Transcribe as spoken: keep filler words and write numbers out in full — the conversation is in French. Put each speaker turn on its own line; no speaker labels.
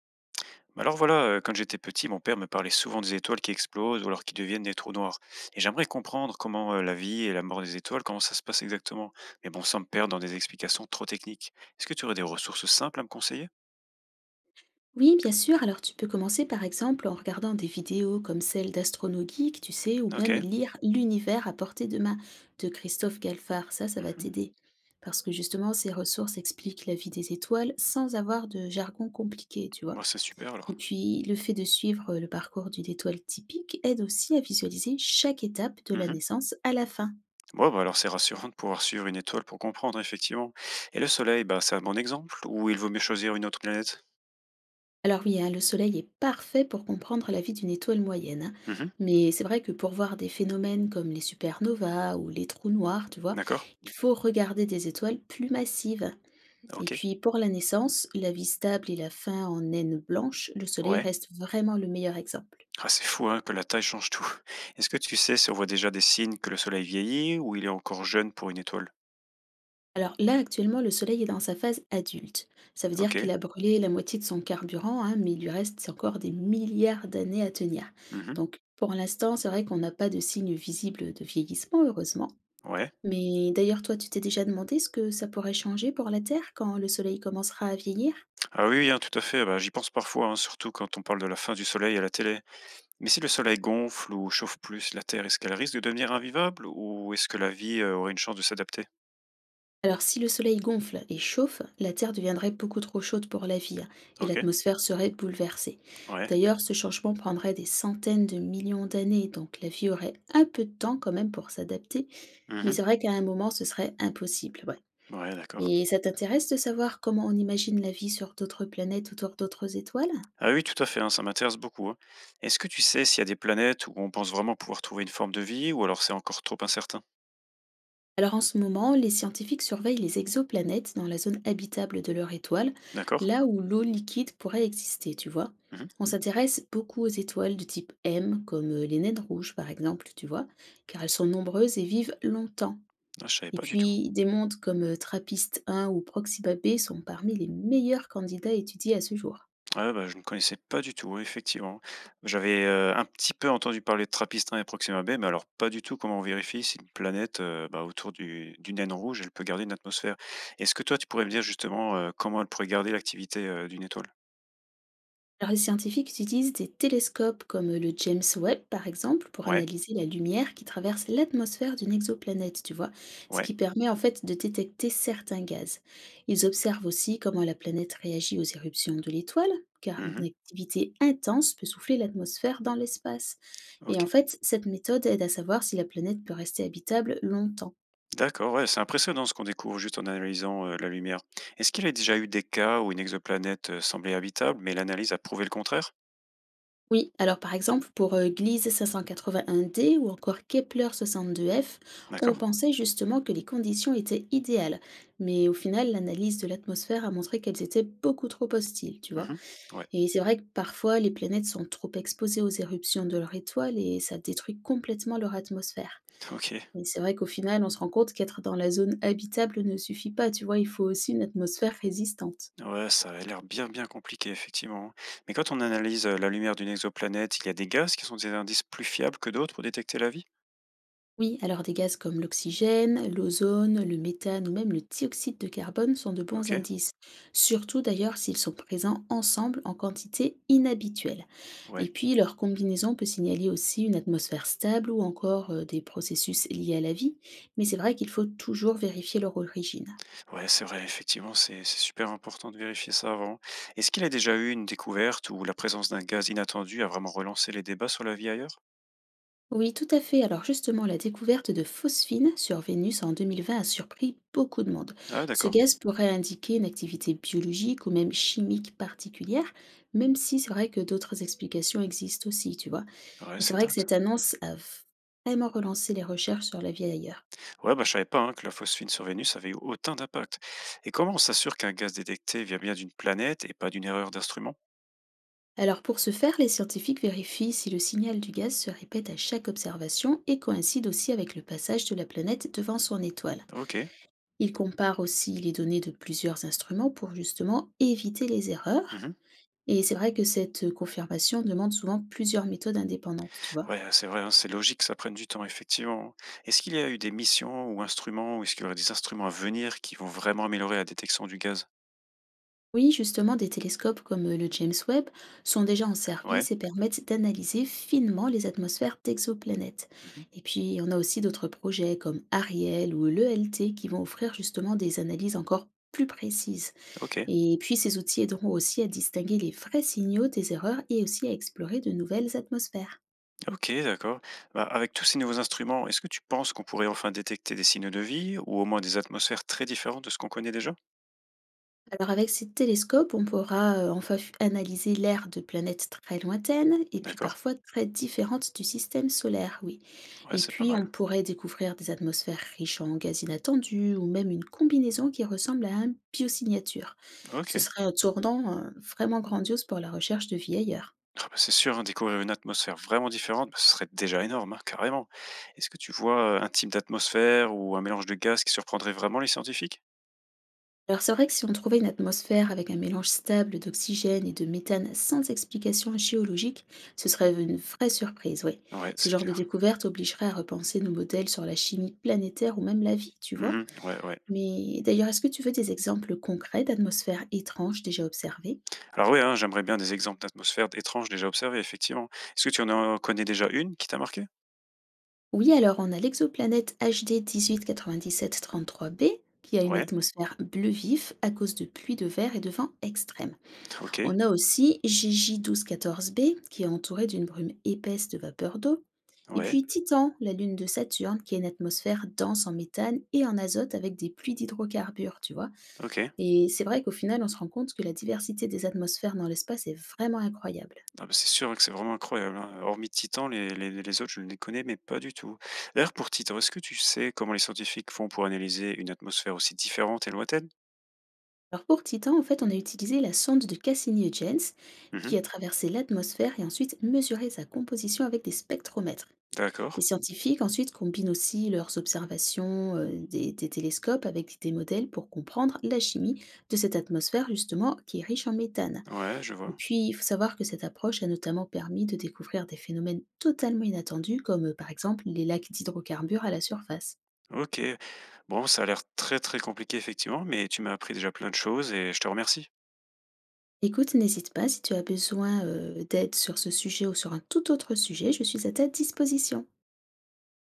Bah Alors voilà, euh, quand j'étais petit, mon père me parlait souvent des étoiles qui explosent ou alors qui deviennent des trous noirs. Et j'aimerais comprendre comment euh, la vie et la mort des étoiles, comment ça se passe exactement. Mais bon, sans me perdre dans des explications trop techniques. Est-ce que tu aurais des ressources simples à me conseiller?
Oui, bien sûr. Alors tu peux commencer par exemple en regardant des vidéos comme celle d'Astrono Geek, tu sais, ou
Ok.
même lire L'univers à portée de main de Christophe Galfard. Ça, ça va
Mhm.
t'aider. Parce que justement, ces ressources expliquent la vie des étoiles sans avoir de jargon compliqué, tu vois.
Bon, c'est super alors.
Et puis, le fait de suivre le parcours d'une étoile typique aide aussi à visualiser chaque étape de la
Mhm.
naissance à la fin.
Bon, bah alors c'est rassurant de pouvoir suivre une étoile pour comprendre, effectivement. Et le Soleil, bah, c'est un bon exemple ou il vaut mieux choisir une autre planète?
Alors oui, hein, le Soleil est parfait pour comprendre la vie d'une étoile moyenne, hein.
Mhm.
mais c'est vrai que pour voir des phénomènes comme les supernovas ou les trous noirs, tu vois,
D'accord.
il faut regarder des étoiles plus massives. Et
Ok.
puis pour la naissance, la vie stable et la fin en naine blanche, le Soleil
Ouais.
reste vraiment le meilleur exemple.
Ah, c'est fou, hein, que la taille change tout. Est-ce que tu sais si on voit déjà des signes que le Soleil vieillit ou il est encore jeune pour une étoile?
Alors là, actuellement, le Soleil est dans sa phase adulte. Ça veut dire qu'il
Ok.
a brûlé la moitié de son carburant, hein, mais il lui reste encore des milliards d'années à tenir.
Mhm.
Donc, pour l'instant, c'est vrai qu'on n'a pas de signe visible de vieillissement, heureusement.
Ouais.
Mais d'ailleurs, toi, tu t'es déjà demandé ce que ça pourrait changer pour la Terre quand le Soleil commencera à vieillir?
Ah oui, oui, hein, tout à fait. Bah, j'y pense parfois, hein, surtout quand on parle de la fin du Soleil à la télé. Mais si le Soleil gonfle ou chauffe plus la Terre, est-ce qu'elle risque de devenir invivable ou est-ce que la vie euh, aurait une chance de s'adapter?
Alors, si le Soleil gonfle et chauffe, la Terre deviendrait beaucoup trop chaude pour la vie, hein, et
Ok.
l'atmosphère serait bouleversée.
Ouais.
D'ailleurs, ce changement prendrait des centaines de millions d'années, donc la vie aurait un peu de temps quand même pour s'adapter. Mais
Mhm.
c'est vrai qu'à un moment, ce serait impossible. ouais.
Ouais, d'accord.
Et ça t'intéresse de savoir comment on imagine la vie sur d'autres planètes ou sur d'autres étoiles?
Ah oui, tout à fait, hein, ça m'intéresse beaucoup, hein. Est-ce que tu sais s'il y a des planètes où on pense vraiment pouvoir trouver une forme de vie ou alors c'est encore trop incertain?
Alors en ce moment, les scientifiques surveillent les exoplanètes dans la zone habitable de leur étoile,
D'accord?
là où l'eau liquide pourrait exister, tu vois.
Mhm.
On s'intéresse beaucoup aux étoiles du type M, comme euh, les naines rouges par exemple, tu vois, car elles sont nombreuses et vivent longtemps.
Ah, je savais
Et
pas du tout.
puis, des mondes comme euh, TRAPPIST un ou Proxima b sont parmi les meilleurs candidats étudiés à ce jour.
Ah ouais, bah, je ne connaissais pas du tout, ouais, effectivement. J'avais, heu, un petit peu entendu parler de Trappistin et Proxima b, mais alors pas du tout comment on vérifie si une planète, heu, bah, autour du d'une naine rouge, elle peut garder une atmosphère. Est-ce que toi, tu pourrais me dire justement, heu, comment elle pourrait garder l'activité, heu, d'une étoile?
Alors, les scientifiques utilisent des télescopes comme le James Webb, par exemple, pour
Ouais,
analyser la lumière qui traverse l'atmosphère d'une exoplanète, tu vois, ce
ouais.
qui permet en fait de détecter certains gaz. Ils observent aussi comment la planète réagit aux éruptions de l'étoile, car une
Mmh.
activité intense peut souffler l'atmosphère dans l'espace. Et en
OK.
fait, cette méthode aide à savoir si la planète peut rester habitable longtemps.
D'accord, ouais, c'est impressionnant ce qu'on découvre juste en analysant, heu, la lumière. Est-ce qu'il y a déjà eu des cas où une exoplanète, heu, semblait habitable, mais l'analyse a prouvé le contraire?
Oui, alors par exemple, pour euh, Gliese un d ou encore Kepler soixante-deux f, on
D'accord.
pensait justement que les conditions étaient idéales, mais au final, l'analyse de l'atmosphère a montré qu'elles étaient beaucoup trop hostiles, tu vois.
Mmh. Ouais.
Et c'est vrai que parfois, les planètes sont trop exposées aux éruptions de leur étoile et ça détruit complètement leur atmosphère.
OK.
Et c'est vrai qu'au final, on se rend compte qu'être dans la zone habitable ne suffit pas, tu vois, il faut aussi une atmosphère résistante.
Ouais, ça a l'air bien, bien compliqué, effectivement. Mais quand on analyse euh, la lumière d'une exoplanète, il y a des gaz qui sont des indices plus fiables que d'autres pour détecter la vie?
Oui, alors des gaz comme l'oxygène, l'ozone, le méthane ou même le dioxyde de carbone sont de bons
Ok,
indices, surtout d'ailleurs s'ils sont présents ensemble en quantité inhabituelle. Et
ouais,
puis leur combinaison peut signaler aussi une atmosphère stable ou encore euh, des processus liés à la vie, mais c'est vrai qu'il faut toujours vérifier leur origine.
ouais, c'est vrai, effectivement, c'est c'est super important de vérifier ça avant. Est-ce qu'il a déjà eu une découverte où la présence d'un gaz inattendu a vraiment relancé les débats sur la vie ailleurs?
Oui, tout à fait. Alors justement, la découverte de phosphine sur Vénus en deux mille vingt a surpris beaucoup de monde.
Ah,
Ce
d'accord.
gaz pourrait indiquer une activité biologique ou même chimique particulière, même si c'est vrai que d'autres explications existent aussi, tu vois.
Ouais,
Mais c'est
c'est
vrai que
dingue ça.
cette annonce a vraiment relancé les recherches sur la vie ailleurs.
Ouais, bah je savais pas hein, que la phosphine sur Vénus avait eu autant d'impact. Et comment on s'assure qu'un gaz détecté vient bien d'une planète et pas d'une erreur d'instrument?
Alors pour ce faire, les scientifiques vérifient si le signal du gaz se répète à chaque observation et coïncide aussi avec le passage de la planète devant son étoile.
Ok.
Il compare aussi les données de plusieurs instruments pour justement éviter les erreurs. Et c'est vrai que cette confirmation demande souvent plusieurs méthodes indépendantes, tu vois.
Ouais, hein, c'est vrai, hein, c'est logique que ça prenne du temps, effectivement. Est-ce qu'il y a eu des missions ou instruments, ou est-ce qu'il y aurait des instruments à venir qui vont vraiment améliorer la détection du gaz?
Oui, justement, des télescopes comme le James Webb sont déjà en
Ouais.
service et permettent d'analyser finement les atmosphères d'exoplanètes.
Mhm.
Et puis, on a aussi d'autres projets comme Ariel ou l'E L T qui vont offrir justement des analyses encore plus précises.
Ok,
Et puis, ces outils aideront aussi à distinguer les vrais signaux des erreurs et aussi à explorer de nouvelles atmosphères.
ok, d'accord. Bah, avec tous ces nouveaux instruments, est-ce que tu penses qu'on pourrait enfin détecter des signes de vie ou au moins des atmosphères très différentes de ce qu'on connaît déjà?
Alors avec ces télescopes, on pourra euh, enfin f- analyser l'air de planètes très lointaines et puis
D'accord.
parfois très différentes du système solaire, oui.
Ouais,
Et
c'est pas
puis on
mal.
pourrait découvrir des atmosphères riches en gaz inattendus ou même une combinaison qui ressemble à un biosignature. Ce
Ok.
serait un tournant euh, vraiment grandiose pour la recherche de vie ailleurs.
Ah bah, c'est sûr, hein, découvrir une atmosphère vraiment différente, bah, ce serait déjà énorme, hein, carrément. Est-ce que tu vois euh, un type d'atmosphère ou un mélange de gaz qui surprendrait vraiment les scientifiques?
Alors c'est vrai que si on trouvait une atmosphère avec un mélange stable d'oxygène et de méthane sans explication géologique, ce serait une vraie surprise, oui.
Ouais,
Ce
c'est
genre de
clair.
découverte obligerait à repenser nos modèles sur la chimie planétaire ou même la vie, tu vois.
Mmh. Ouais, ouais.
Mais d'ailleurs, est-ce que tu veux des exemples concrets d'atmosphères étranges déjà observées?
Alors oui, hein, j'aimerais bien des exemples d'atmosphères étranges déjà observées, effectivement. Est-ce que tu en en connais déjà une qui t'a marqué?
Oui, alors on a l'exoplanète H D dix-huit quatre-vingt-dix-sept-trente-trois b qui a une
Ouais,
atmosphère bleu vif à cause de pluies de verre et de vents extrêmes.
OK,
On a aussi G J JJ1214b, qui est entouré d'une brume épaisse de vapeur d'eau, et
ouais,
puis Titan, la lune de Saturne, qui a une atmosphère dense en méthane et en azote avec des pluies d'hydrocarbures, tu vois.
OK.
Et c'est vrai qu'au final, on se rend compte que la diversité des atmosphères dans l'espace est vraiment incroyable.
Ah bah, c'est sûr que c'est vraiment incroyable, hein. Hormis Titan, les les les autres, je ne les connais, mais pas du tout. D'ailleurs, pour Titan, est-ce que tu sais comment les scientifiques font pour analyser une atmosphère aussi différente et lointaine?
Alors pour Titan, en fait, on a utilisé la sonde de Cassini-Huygens,
Mmh.
qui a traversé l'atmosphère et ensuite mesuré sa composition avec des spectromètres.
D'accord.
Les scientifiques ensuite combinent aussi leurs observations euh, des, des télescopes avec des modèles pour comprendre la chimie de cette atmosphère justement qui est riche en méthane.
Ouais, je
Et
vois.
puis il faut savoir que cette approche a notamment permis de découvrir des phénomènes totalement inattendus comme euh, par exemple les lacs d'hydrocarbures à la surface.
OK. Bon, ça a l'air très, très compliqué, effectivement, mais tu m'as appris déjà plein de choses et je te remercie.
Écoute, n'hésite pas si tu as besoin euh, d'aide sur ce sujet ou sur un tout autre sujet, je suis à ta disposition.